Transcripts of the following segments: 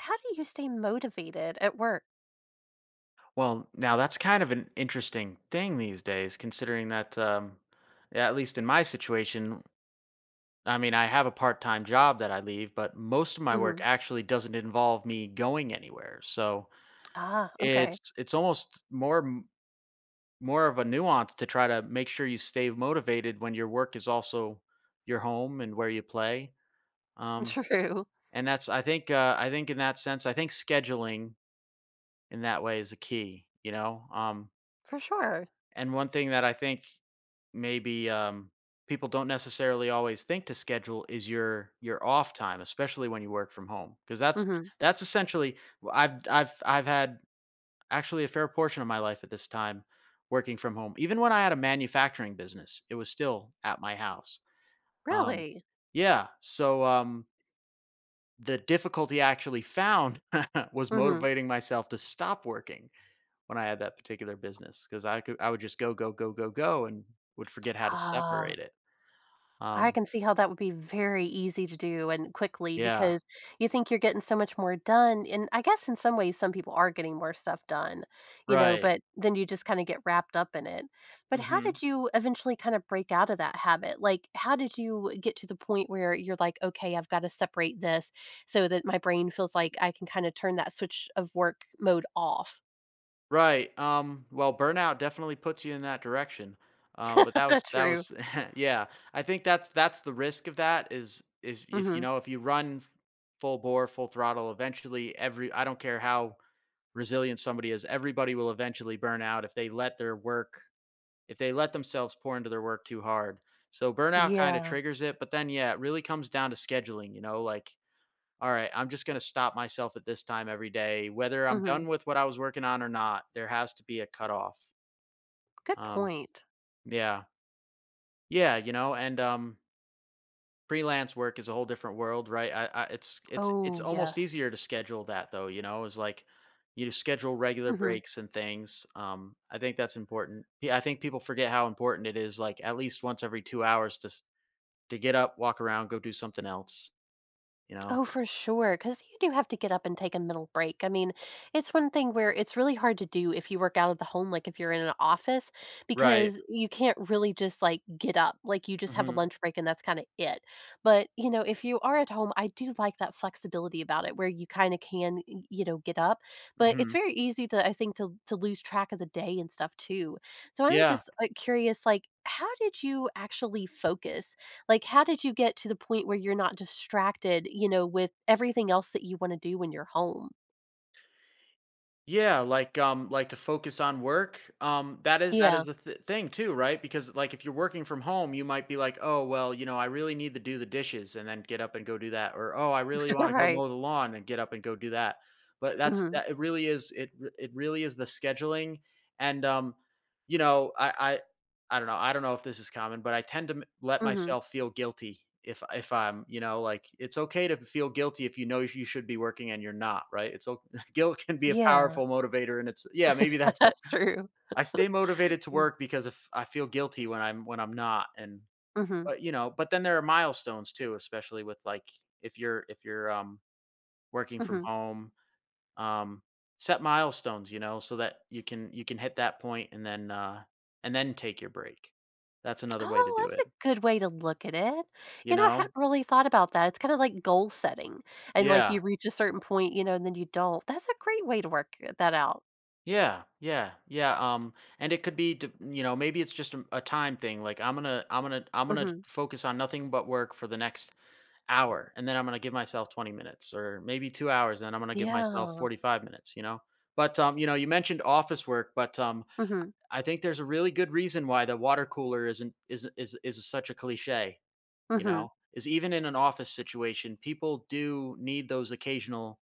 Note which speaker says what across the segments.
Speaker 1: How do you stay motivated at work?
Speaker 2: Well, now that's kind of an interesting thing these days, considering that, yeah, at least in my situation, I mean, I have a part time job that I leave, but most of my work
Speaker 1: Mhm.
Speaker 2: actually doesn't involve me going anywhere. So
Speaker 1: Ah, okay.
Speaker 2: it's almost more of a nuance to try to make sure you stay motivated when your work is also your home and where you play. Um,
Speaker 1: True.
Speaker 2: and that's I think in that sense, I think scheduling in that way is a key.
Speaker 1: For sure.
Speaker 2: And one thing that I think maybe people don't necessarily always think to schedule is your off time, especially when you work from home, because that's
Speaker 1: Mhm.
Speaker 2: that's essentially I've had actually a fair portion of my life at this time working from home. Even when I had a manufacturing business, it was still at my house. Um,
Speaker 1: Really?
Speaker 2: yeah, so the difficulty I actually found was
Speaker 1: Mhm.
Speaker 2: motivating myself to stop working when I had that particular business because I would just go go go go go and would forget how to
Speaker 1: Ah.
Speaker 2: separate it.
Speaker 1: I
Speaker 2: Um,
Speaker 1: can see how that would be very easy to do and quickly
Speaker 2: Yeah,
Speaker 1: because you think you're getting so much more done. And I guess in some ways, some people are getting more stuff done, you know,
Speaker 2: right.
Speaker 1: but then you just kind of get wrapped up in it. But how did
Speaker 2: Mhm.
Speaker 1: you eventually kind of break out of that habit? Like, how did you get to the point where you're like, okay, I've got to separate this so that my brain feels like I can kind of turn that switch of work mode off?
Speaker 2: Right, well, burnout definitely puts you in that direction, but that was that
Speaker 1: True.
Speaker 2: was yeah, I think that's the risk of that is if, you
Speaker 1: Hmm.
Speaker 2: know, if you run f full bore, full throttle, eventually every I don't care how resilient somebody is, everybody will eventually burn out if they let their work if they let themselves pour into their work too hard. So burnout kinda
Speaker 1: Yeah.
Speaker 2: triggers it, but then, yeah, it really comes down to scheduling, you know, like all right, I'm just going to stop myself at this time every day, whether I'm
Speaker 1: Hmm.
Speaker 2: done with what I was working on or not. There has to be a cutoff.
Speaker 1: Good
Speaker 2: Um,
Speaker 1: point.
Speaker 2: yeah, yeah, you know, and freelance work is a whole different world, right? It's
Speaker 1: Oh,
Speaker 2: almost
Speaker 1: yes.
Speaker 2: easier to schedule that though. You know, is like you schedule regular
Speaker 1: Hmm.
Speaker 2: breaks and things. I think that's important. Yeah, I think people forget how important it is. Like at least once every 2 hours to get up, walk around, go do something else. You know,
Speaker 1: Oh, for sure, because you do have to get up and take a mental break. I mean, it's one thing where it's really hard to do if you work out of the home, like if you're in an office,
Speaker 2: right?
Speaker 1: because you can't really just like get up. Like you just have a
Speaker 2: Hmm.
Speaker 1: lunch break and that's kind of it. But, you know, if you are at home, I do like that flexibility about it where you kind of can, you know, get up. But it's
Speaker 2: Hmm.
Speaker 1: very easy to, I think, to lose track of the day and stuff too. So I'm
Speaker 2: Yeah.
Speaker 1: just curious, like, how did you actually focus like, how did you get to the point where you're not distracted, you know, with everything else that you wanna do when you're home?
Speaker 2: Yeah, like to focus on work. That is that
Speaker 1: Yeah.
Speaker 2: is a th- thing too, right? Because like if you're working from home, you might be like, oh well, you know, I really need to do the dishes and then get up and go do that, or oh, I really want to go
Speaker 1: Right.
Speaker 2: mow the lawn and get up and go do that. But that's
Speaker 1: Mhm.
Speaker 2: that. It really is. It really is the scheduling, and you know, I don't know. I don't know if this is common, but I tend to m- let
Speaker 1: Mhm.
Speaker 2: myself feel guilty if I'm, you know, like it's okay to feel guilty if you know you should be working and you're not, right? It's okay, guilt can be a
Speaker 1: Yeah.
Speaker 2: powerful motivator and it's, yeah, maybe that's it.
Speaker 1: That's true.
Speaker 2: I stay motivated to work because if I feel guilty when I'm not. And
Speaker 1: Mhm.
Speaker 2: but you know, but then there are milestones too, especially with like if you're working from
Speaker 1: Mhm.
Speaker 2: home. Um, set milestones, you know, so that you can hit that point and then take your break. That's another way to do
Speaker 1: Oh,
Speaker 2: it,
Speaker 1: that's a good way to look at it.
Speaker 2: you
Speaker 1: You know, I
Speaker 2: know.
Speaker 1: hadn't really thought about that. It's kinda like goal setting, and, like, you
Speaker 2: Yeah.
Speaker 1: reach a certain point, you know, and then you don't. That's a great way to work it that out.
Speaker 2: Yeah, yeah, yeah. And it could be, you know, maybe it's just a time thing. Like I'm gonna
Speaker 1: Mhm.
Speaker 2: focus on nothing but work for the next hour, and then I'm gonna give myself 20 minutes, or maybe 2 hours, and then I'm gonna give myself
Speaker 1: Yeah.
Speaker 2: 45 minutes. You know, but you know, you mentioned office work, but
Speaker 1: Mhm.
Speaker 2: I think there's a really good reason why the water cooler isn't is such a cliche. You
Speaker 1: Mhm.
Speaker 2: know, is even in an office situation, people do need those occasional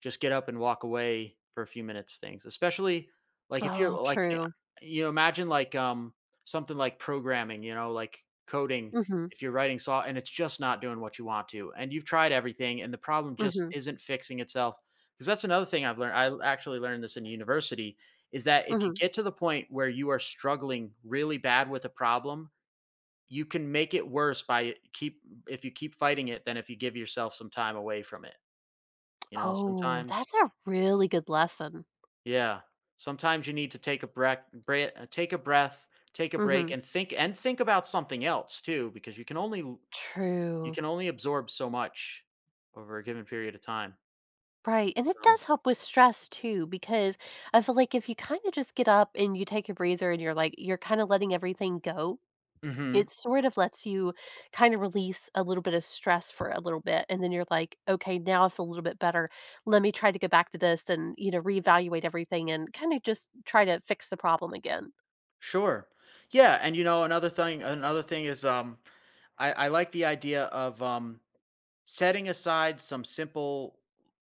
Speaker 2: just get up and walk away for a few minutes things, especially, like, if you're,
Speaker 1: Oh,
Speaker 2: like, thi
Speaker 1: true.
Speaker 2: you know, imagine, like, something like programming, you know, like, coding,
Speaker 1: Mhm.
Speaker 2: if you're writing saw and it's just not doing what you want to, and you've tried everything, and the problem just
Speaker 1: Mhm.
Speaker 2: isn't fixing itself, because that's another thing I've learned, I actually learned this in university, is that if you
Speaker 1: Mhm.
Speaker 2: get to the point where you are struggling really bad with a problem, you can make it worse by keep if you keep fighting it than if you give yourself some time away from it, you know,
Speaker 1: Oh,
Speaker 2: sometimes
Speaker 1: that's a really good lesson.
Speaker 2: yeah. Sometimes you need to take a breath, take a breath, take a break,
Speaker 1: Mhm.
Speaker 2: and think about something else too, because you
Speaker 1: True.
Speaker 2: can only absorb so much over a given period of time.
Speaker 1: Right, and it
Speaker 2: So,
Speaker 1: does help with stress too, because I feel like if you kinda just get up and you take a breather and you're like you're kinda letting everything go,
Speaker 2: hmm,
Speaker 1: it sort of lets you kinda release a little bit of stress for a little bit, and then you're like, "Okay, now I feel a little bit better. Let me try to go back to this and, you know, reevaluate everything and kinda just try to fix the problem again."
Speaker 2: sure, yeah, and you know, another thing is I like the idea of setting aside some simple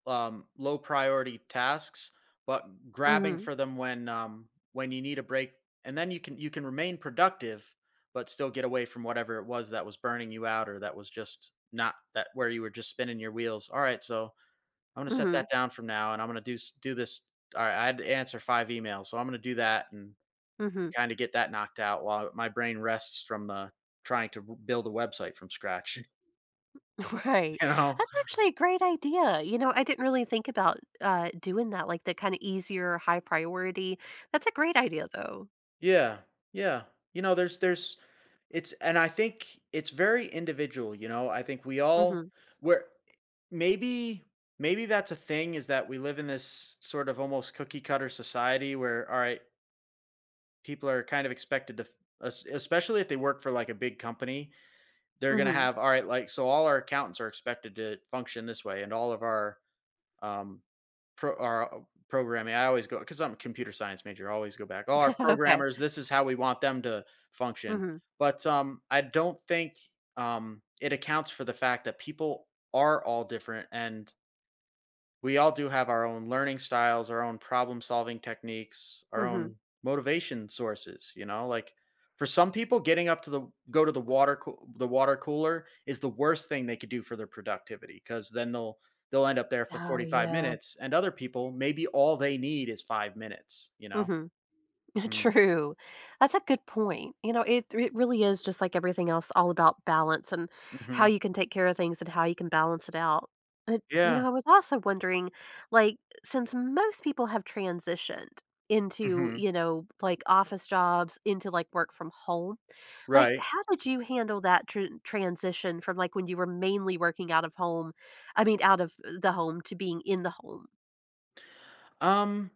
Speaker 2: low priority tasks but grabbing
Speaker 1: Mhm.
Speaker 2: for them when you need a break, and then you can remain productive but still get away from whatever it was that was burning you out or that was just not, that where you were just spinning your wheels. All right, so I'm going to set
Speaker 1: Mhm.
Speaker 2: that down from now and I'm going to do this. All right, I had to answer 5 emails, so I'm going to do that and
Speaker 1: Mhm.
Speaker 2: kind of get that knocked out while my brain rests from the trying to build a website from scratch.
Speaker 1: Right.
Speaker 2: You know.
Speaker 1: That's actually a great idea. You know, I didn't really think about doing that, like the kind of easier, high priority. That's a great idea though.
Speaker 2: Yeah. Yeah. You know, there's it's, and I think it's very individual, you know. I think we
Speaker 1: Mm-hmm.
Speaker 2: all, where, maybe maybe that's a thing, is that we live in this sort of almost cookie cutter society where all right, people are kind of expected to especially if they work for like a big company, they're going to
Speaker 1: Mm-hmm.
Speaker 2: have, all right, like so all our accountants are expected to function this way, and all of our um, programming. I always go, because I'm a computer science major, I always go back. Oh, our
Speaker 1: Okay.
Speaker 2: programmers, this is how we want them to function.
Speaker 1: Mm-hmm.
Speaker 2: But I don't think it accounts for the fact that people are all different, and we all do have our own learning styles, our own problem solving techniques, our
Speaker 1: Mm-hmm.
Speaker 2: own motivation sources, you know? Like for some people getting up to the go to the the water cooler is the worst thing they could do for their productivity cuz then they'll end up there for
Speaker 1: Oh,
Speaker 2: 45
Speaker 1: yeah.
Speaker 2: minutes and other people maybe all they need is 5 minutes, you know?
Speaker 1: Mm-hmm.
Speaker 2: Mm.
Speaker 1: True. That's a good point. You know, it really is just like everything else all about balance and how
Speaker 2: Mhm.
Speaker 1: you can take care of things and how you can balance it out. But, you know,
Speaker 2: Yeah.
Speaker 1: I was also wondering like since most people have transitioned into,
Speaker 2: Mhm.
Speaker 1: you know, like office jobs into like work from home, like
Speaker 2: Right.
Speaker 1: how did you handle that transition from like when you were mainly working out of home, I mean out of the home to being in the home?
Speaker 2: Um,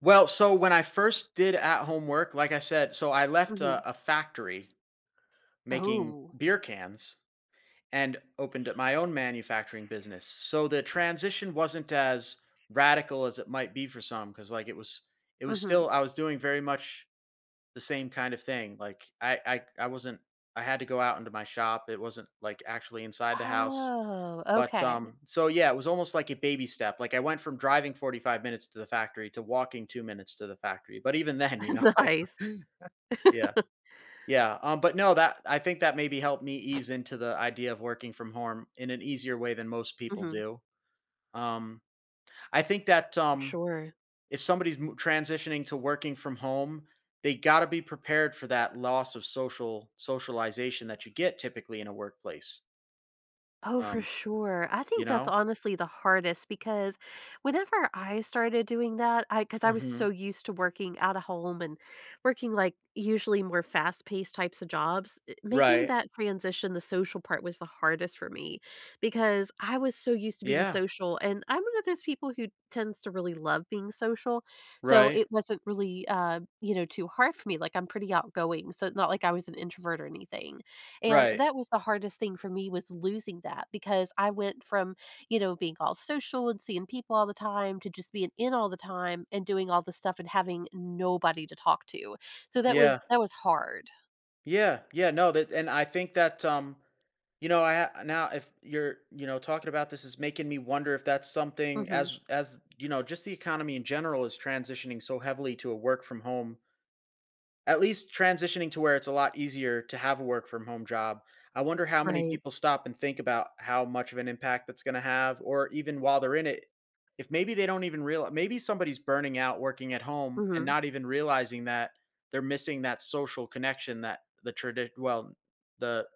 Speaker 2: well, so when I first did at home work, like I said, so I left
Speaker 1: Mhm.
Speaker 2: a factory making
Speaker 1: Oh.
Speaker 2: beer cans and opened up my own manufacturing business. So the transition wasn't as radical as it might be for some because like it was, it was
Speaker 1: Mhm.
Speaker 2: still, I was doing very much the same kind of thing. Like I wasn't, I had to go out into my shop. It wasn't like actually inside the house.
Speaker 1: Oh,
Speaker 2: But
Speaker 1: okay.
Speaker 2: so yeah, it was almost like a baby step. Like I went from driving 45 minutes to the factory to walking 2 minutes to the factory. But even then, you know, like
Speaker 1: Nice.
Speaker 2: yeah. Yeah, but no, that I think that maybe helped me ease into the idea of working from home in an easier way than most people
Speaker 1: Mhm.
Speaker 2: do. Um, I think that
Speaker 1: Sure.
Speaker 2: if somebody's transitioning to working from home, they got to be prepared for that loss of social socialization that you get typically in a workplace.
Speaker 1: Oh, for
Speaker 2: Um,
Speaker 1: sure. I
Speaker 2: you
Speaker 1: think that's
Speaker 2: know,
Speaker 1: honestly the hardest because whenever I started doing that, I because I was so
Speaker 2: hmm,
Speaker 1: used to working out of home and working like usually more fast-paced types of jobs, eh, making
Speaker 2: right?
Speaker 1: that transition, the social part was the hardest for me because I was so used to being
Speaker 2: Yeah,
Speaker 1: social and I'm one of those people who tends to really love being social. So
Speaker 2: right,
Speaker 1: it wasn't really you know, too hard for me. Like I'm pretty outgoing. So it's not like I was an introvert or anything. And
Speaker 2: right.
Speaker 1: that was the hardest thing for me was losing that because I went from, you know, being all social and seeing people all the time to just being in all the time and doing all this stuff and having nobody to talk to. So that
Speaker 2: Yeah.
Speaker 1: was hard.
Speaker 2: Yeah, yeah, no, that, and I think that, you know, now if you're, you know, talking about, this is making me wonder if that's something
Speaker 1: Mhm.
Speaker 2: as you know, just the economy in general is transitioning so heavily to a work from home, at least transitioning to where it's a lot easier to have a work from home job. I wonder how many
Speaker 1: Right.
Speaker 2: people stop and think about how much of an impact that's going to have, or even while they're in it, if maybe they don't even realize, maybe somebody's burning out working at home and
Speaker 1: Mhm.
Speaker 2: not even realizing that they're missing that social connection that the tradition, well, the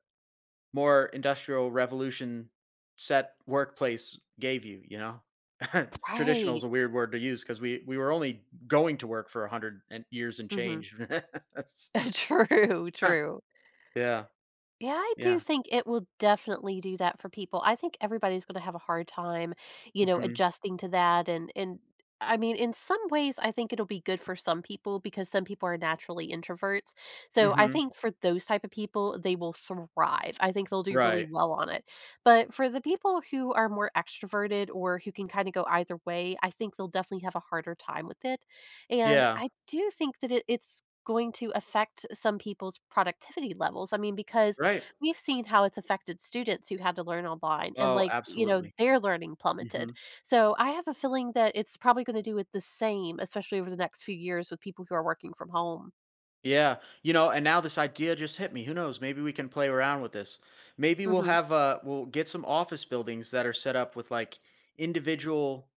Speaker 2: more industrial revolution set workplace gave you, you know? Traditional is
Speaker 1: Right.
Speaker 2: a weird word to use because we were only going to work for a hundred and years and
Speaker 1: Mhm.
Speaker 2: change.
Speaker 1: True,
Speaker 2: Huh,
Speaker 1: true.
Speaker 2: yeah,
Speaker 1: Yeah, I do
Speaker 2: yeah.
Speaker 1: think it will definitely do that for people. I think everybody's gonna have a hard time, you know,
Speaker 2: Mhm,
Speaker 1: adjusting to that and I mean, in some ways, I think it'll be good for some people because some people are naturally introverts. So I
Speaker 2: mhm.
Speaker 1: think for those type of people, they will thrive. I think they'll do really
Speaker 2: Right.
Speaker 1: well on it. But for the people who are more extroverted or who can kind of go either way, I think they'll definitely have a harder time with it. And
Speaker 2: Yeah,
Speaker 1: I do think that it's going to affect some people's productivity levels. I mean, because
Speaker 2: right.
Speaker 1: we've seen how it's affected students who had to learn online and,
Speaker 2: Oh,
Speaker 1: like, you know,
Speaker 2: absolutely.
Speaker 1: their learning plummeted.
Speaker 2: Mhm.
Speaker 1: So, I have a feeling that it's probably gonna do it the same, especially over the next few years with people who are working from home.
Speaker 2: Yeah, you know, and now this idea just hit me. Who knows, maybe we can play around with this. Maybe we'll
Speaker 1: Mhm,
Speaker 2: have, we'll get some office buildings that are set up with, like, individual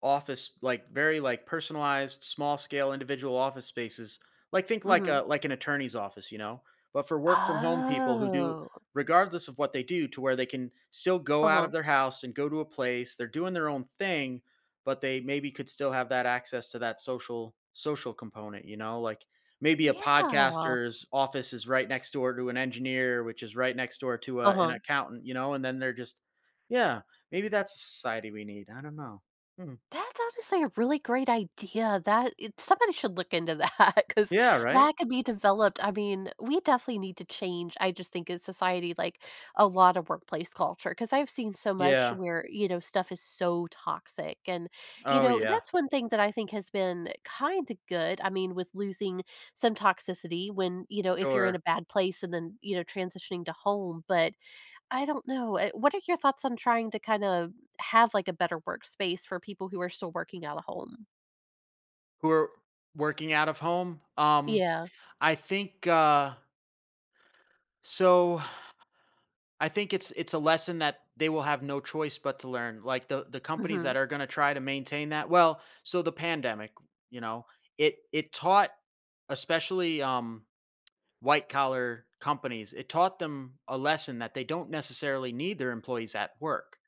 Speaker 2: office, like very like personalized small scale individual office spaces, like think like
Speaker 1: mhm.
Speaker 2: a like an attorney's office, you know, but for work from home people who do,
Speaker 1: Oh,
Speaker 2: regardless of what they do, to where they can still go out
Speaker 1: uh-huh.
Speaker 2: of their house and go to a place they're doing their own thing, but they maybe could still have that access to that social component, you know, like maybe a
Speaker 1: Yeah,
Speaker 2: podcaster's office is right next door to an engineer, which is right next door to an
Speaker 1: uh-huh.
Speaker 2: accountant, you know, and then they're just, yeah, maybe that's a society we need. I don't know. Hmm.
Speaker 1: That's honestly a really great idea. That it, somebody should look into that because
Speaker 2: Yeah, right?
Speaker 1: that could be developed. I mean, we definitely need to change. I just think in society, like a lot of workplace culture, because I've seen so much
Speaker 2: Yeah.
Speaker 1: where you know stuff is so toxic, and you
Speaker 2: Oh,
Speaker 1: know
Speaker 2: yeah.
Speaker 1: that's one thing that I think has been kind of good. I mean, with losing some toxicity when you know if you're in a
Speaker 2: Sure.
Speaker 1: bad place and then you know transitioning to home, but I don't know, eh, what are your thoughts on trying to kinda have, like, a better workspace for people who are still working out of home?
Speaker 2: Who are working out of home?
Speaker 1: Yeah.
Speaker 2: I think, so I think it's a lesson that they will have no choice but to learn. Like, the companies that
Speaker 1: Mhm.
Speaker 2: are gonna try to maintain that, well, so the pandemic, you know, it taught, especially, white collar companies, it taught them a lesson that they don't necessarily need their employees at work.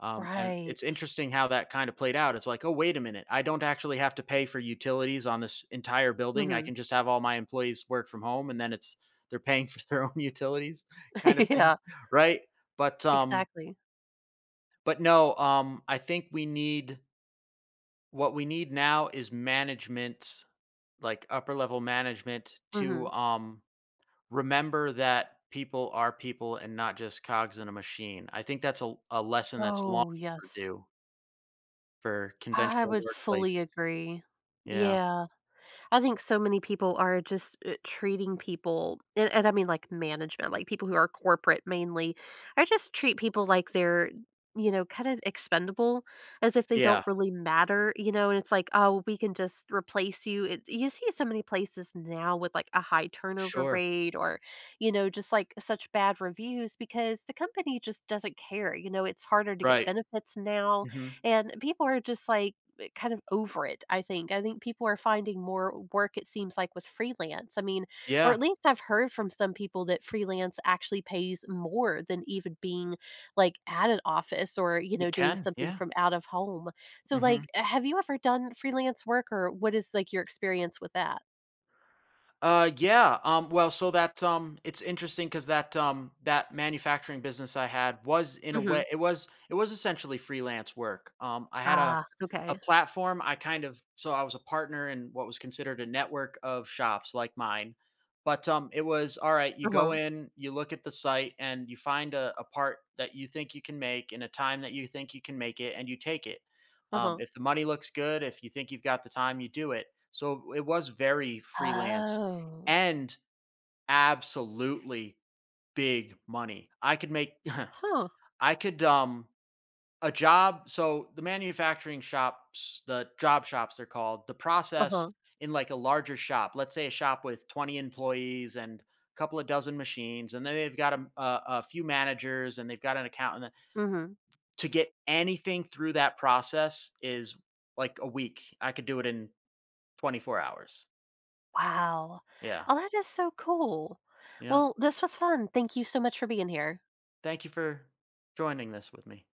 Speaker 2: And it's
Speaker 1: Right.
Speaker 2: interesting how that kind of played out. It's like, "Oh, wait a minute. I don't actually have to pay for utilities on this entire building. I
Speaker 1: Mhm.
Speaker 2: can just have all my employees work from home, and then it's they're paying for their own utilities," kind of thing,
Speaker 1: Yeah,
Speaker 2: right? But, um
Speaker 1: exactly.
Speaker 2: but no, I think we need, what we need now is management, like upper level management to,
Speaker 1: Mhm.
Speaker 2: remember that people are people and not just cogs in a machine. I think that's a lesson that's long
Speaker 1: Oh, yes.
Speaker 2: overdue. For
Speaker 1: I
Speaker 2: conventional
Speaker 1: would fully
Speaker 2: workplaces.
Speaker 1: agree.
Speaker 2: Yeah.
Speaker 1: Yeah. I think so many people are just treating people, and I mean like management, like people who are corporate mainly, I just treat people like they're, you know, kind of expendable, as if they don't
Speaker 2: Yeah.
Speaker 1: really matter, you know. And it's like, oh, we can just replace you. It, you see so many places now with like a high turnover
Speaker 2: Sure.
Speaker 1: rate, or you know, just like such bad reviews because the company just doesn't care. You know, it's harder to get
Speaker 2: Right.
Speaker 1: benefits now,
Speaker 2: Mhm.
Speaker 1: and people are just like kind of over it, I think. I think people are finding more work, it seems like, with freelance. I mean, or
Speaker 2: Yeah.
Speaker 1: at least I've heard from some people that freelance actually pays more than even being like at an office or, you know,
Speaker 2: It
Speaker 1: doing
Speaker 2: can.
Speaker 1: something
Speaker 2: Yeah.
Speaker 1: from out of home. So, like,
Speaker 2: Mhm.
Speaker 1: have you ever done freelance work or what is like your experience with that?
Speaker 2: Yeah. Well, so that it's interesting because that manufacturing business I had was, in a
Speaker 1: Hmm.
Speaker 2: way, it was essentially freelance work. I had
Speaker 1: Ah,
Speaker 2: a
Speaker 1: okay.
Speaker 2: platform. I kind of so I was a partner in what was considered a network of shops like mine, but it was, all right, you
Speaker 1: Uh
Speaker 2: go
Speaker 1: huh.
Speaker 2: in, you look at the site, and you find a part that you think you can make in a time that you think you can make it, and you take it.
Speaker 1: Uh huh.
Speaker 2: If the money looks good, if you think you've got the time, you do it. So it was very freelance
Speaker 1: Oh,
Speaker 2: and absolutely big money. I could make
Speaker 1: huh.
Speaker 2: I could a job so the manufacturing shops, the job shops they're called, the
Speaker 1: Uh
Speaker 2: process
Speaker 1: huh.
Speaker 2: in like a larger shop, let's say a shop with 20 employees and a couple of dozen machines, and then they've got a few managers and they've got an accountant.
Speaker 1: Hmm.
Speaker 2: To get anything through that process is like a week. I could do it in 24 hours.
Speaker 1: Wow.
Speaker 2: Yeah.
Speaker 1: Oh, that is so cool.
Speaker 2: Yeah.
Speaker 1: Well, this was fun. Thank you so much for being here.
Speaker 2: Thank you for joining this with me.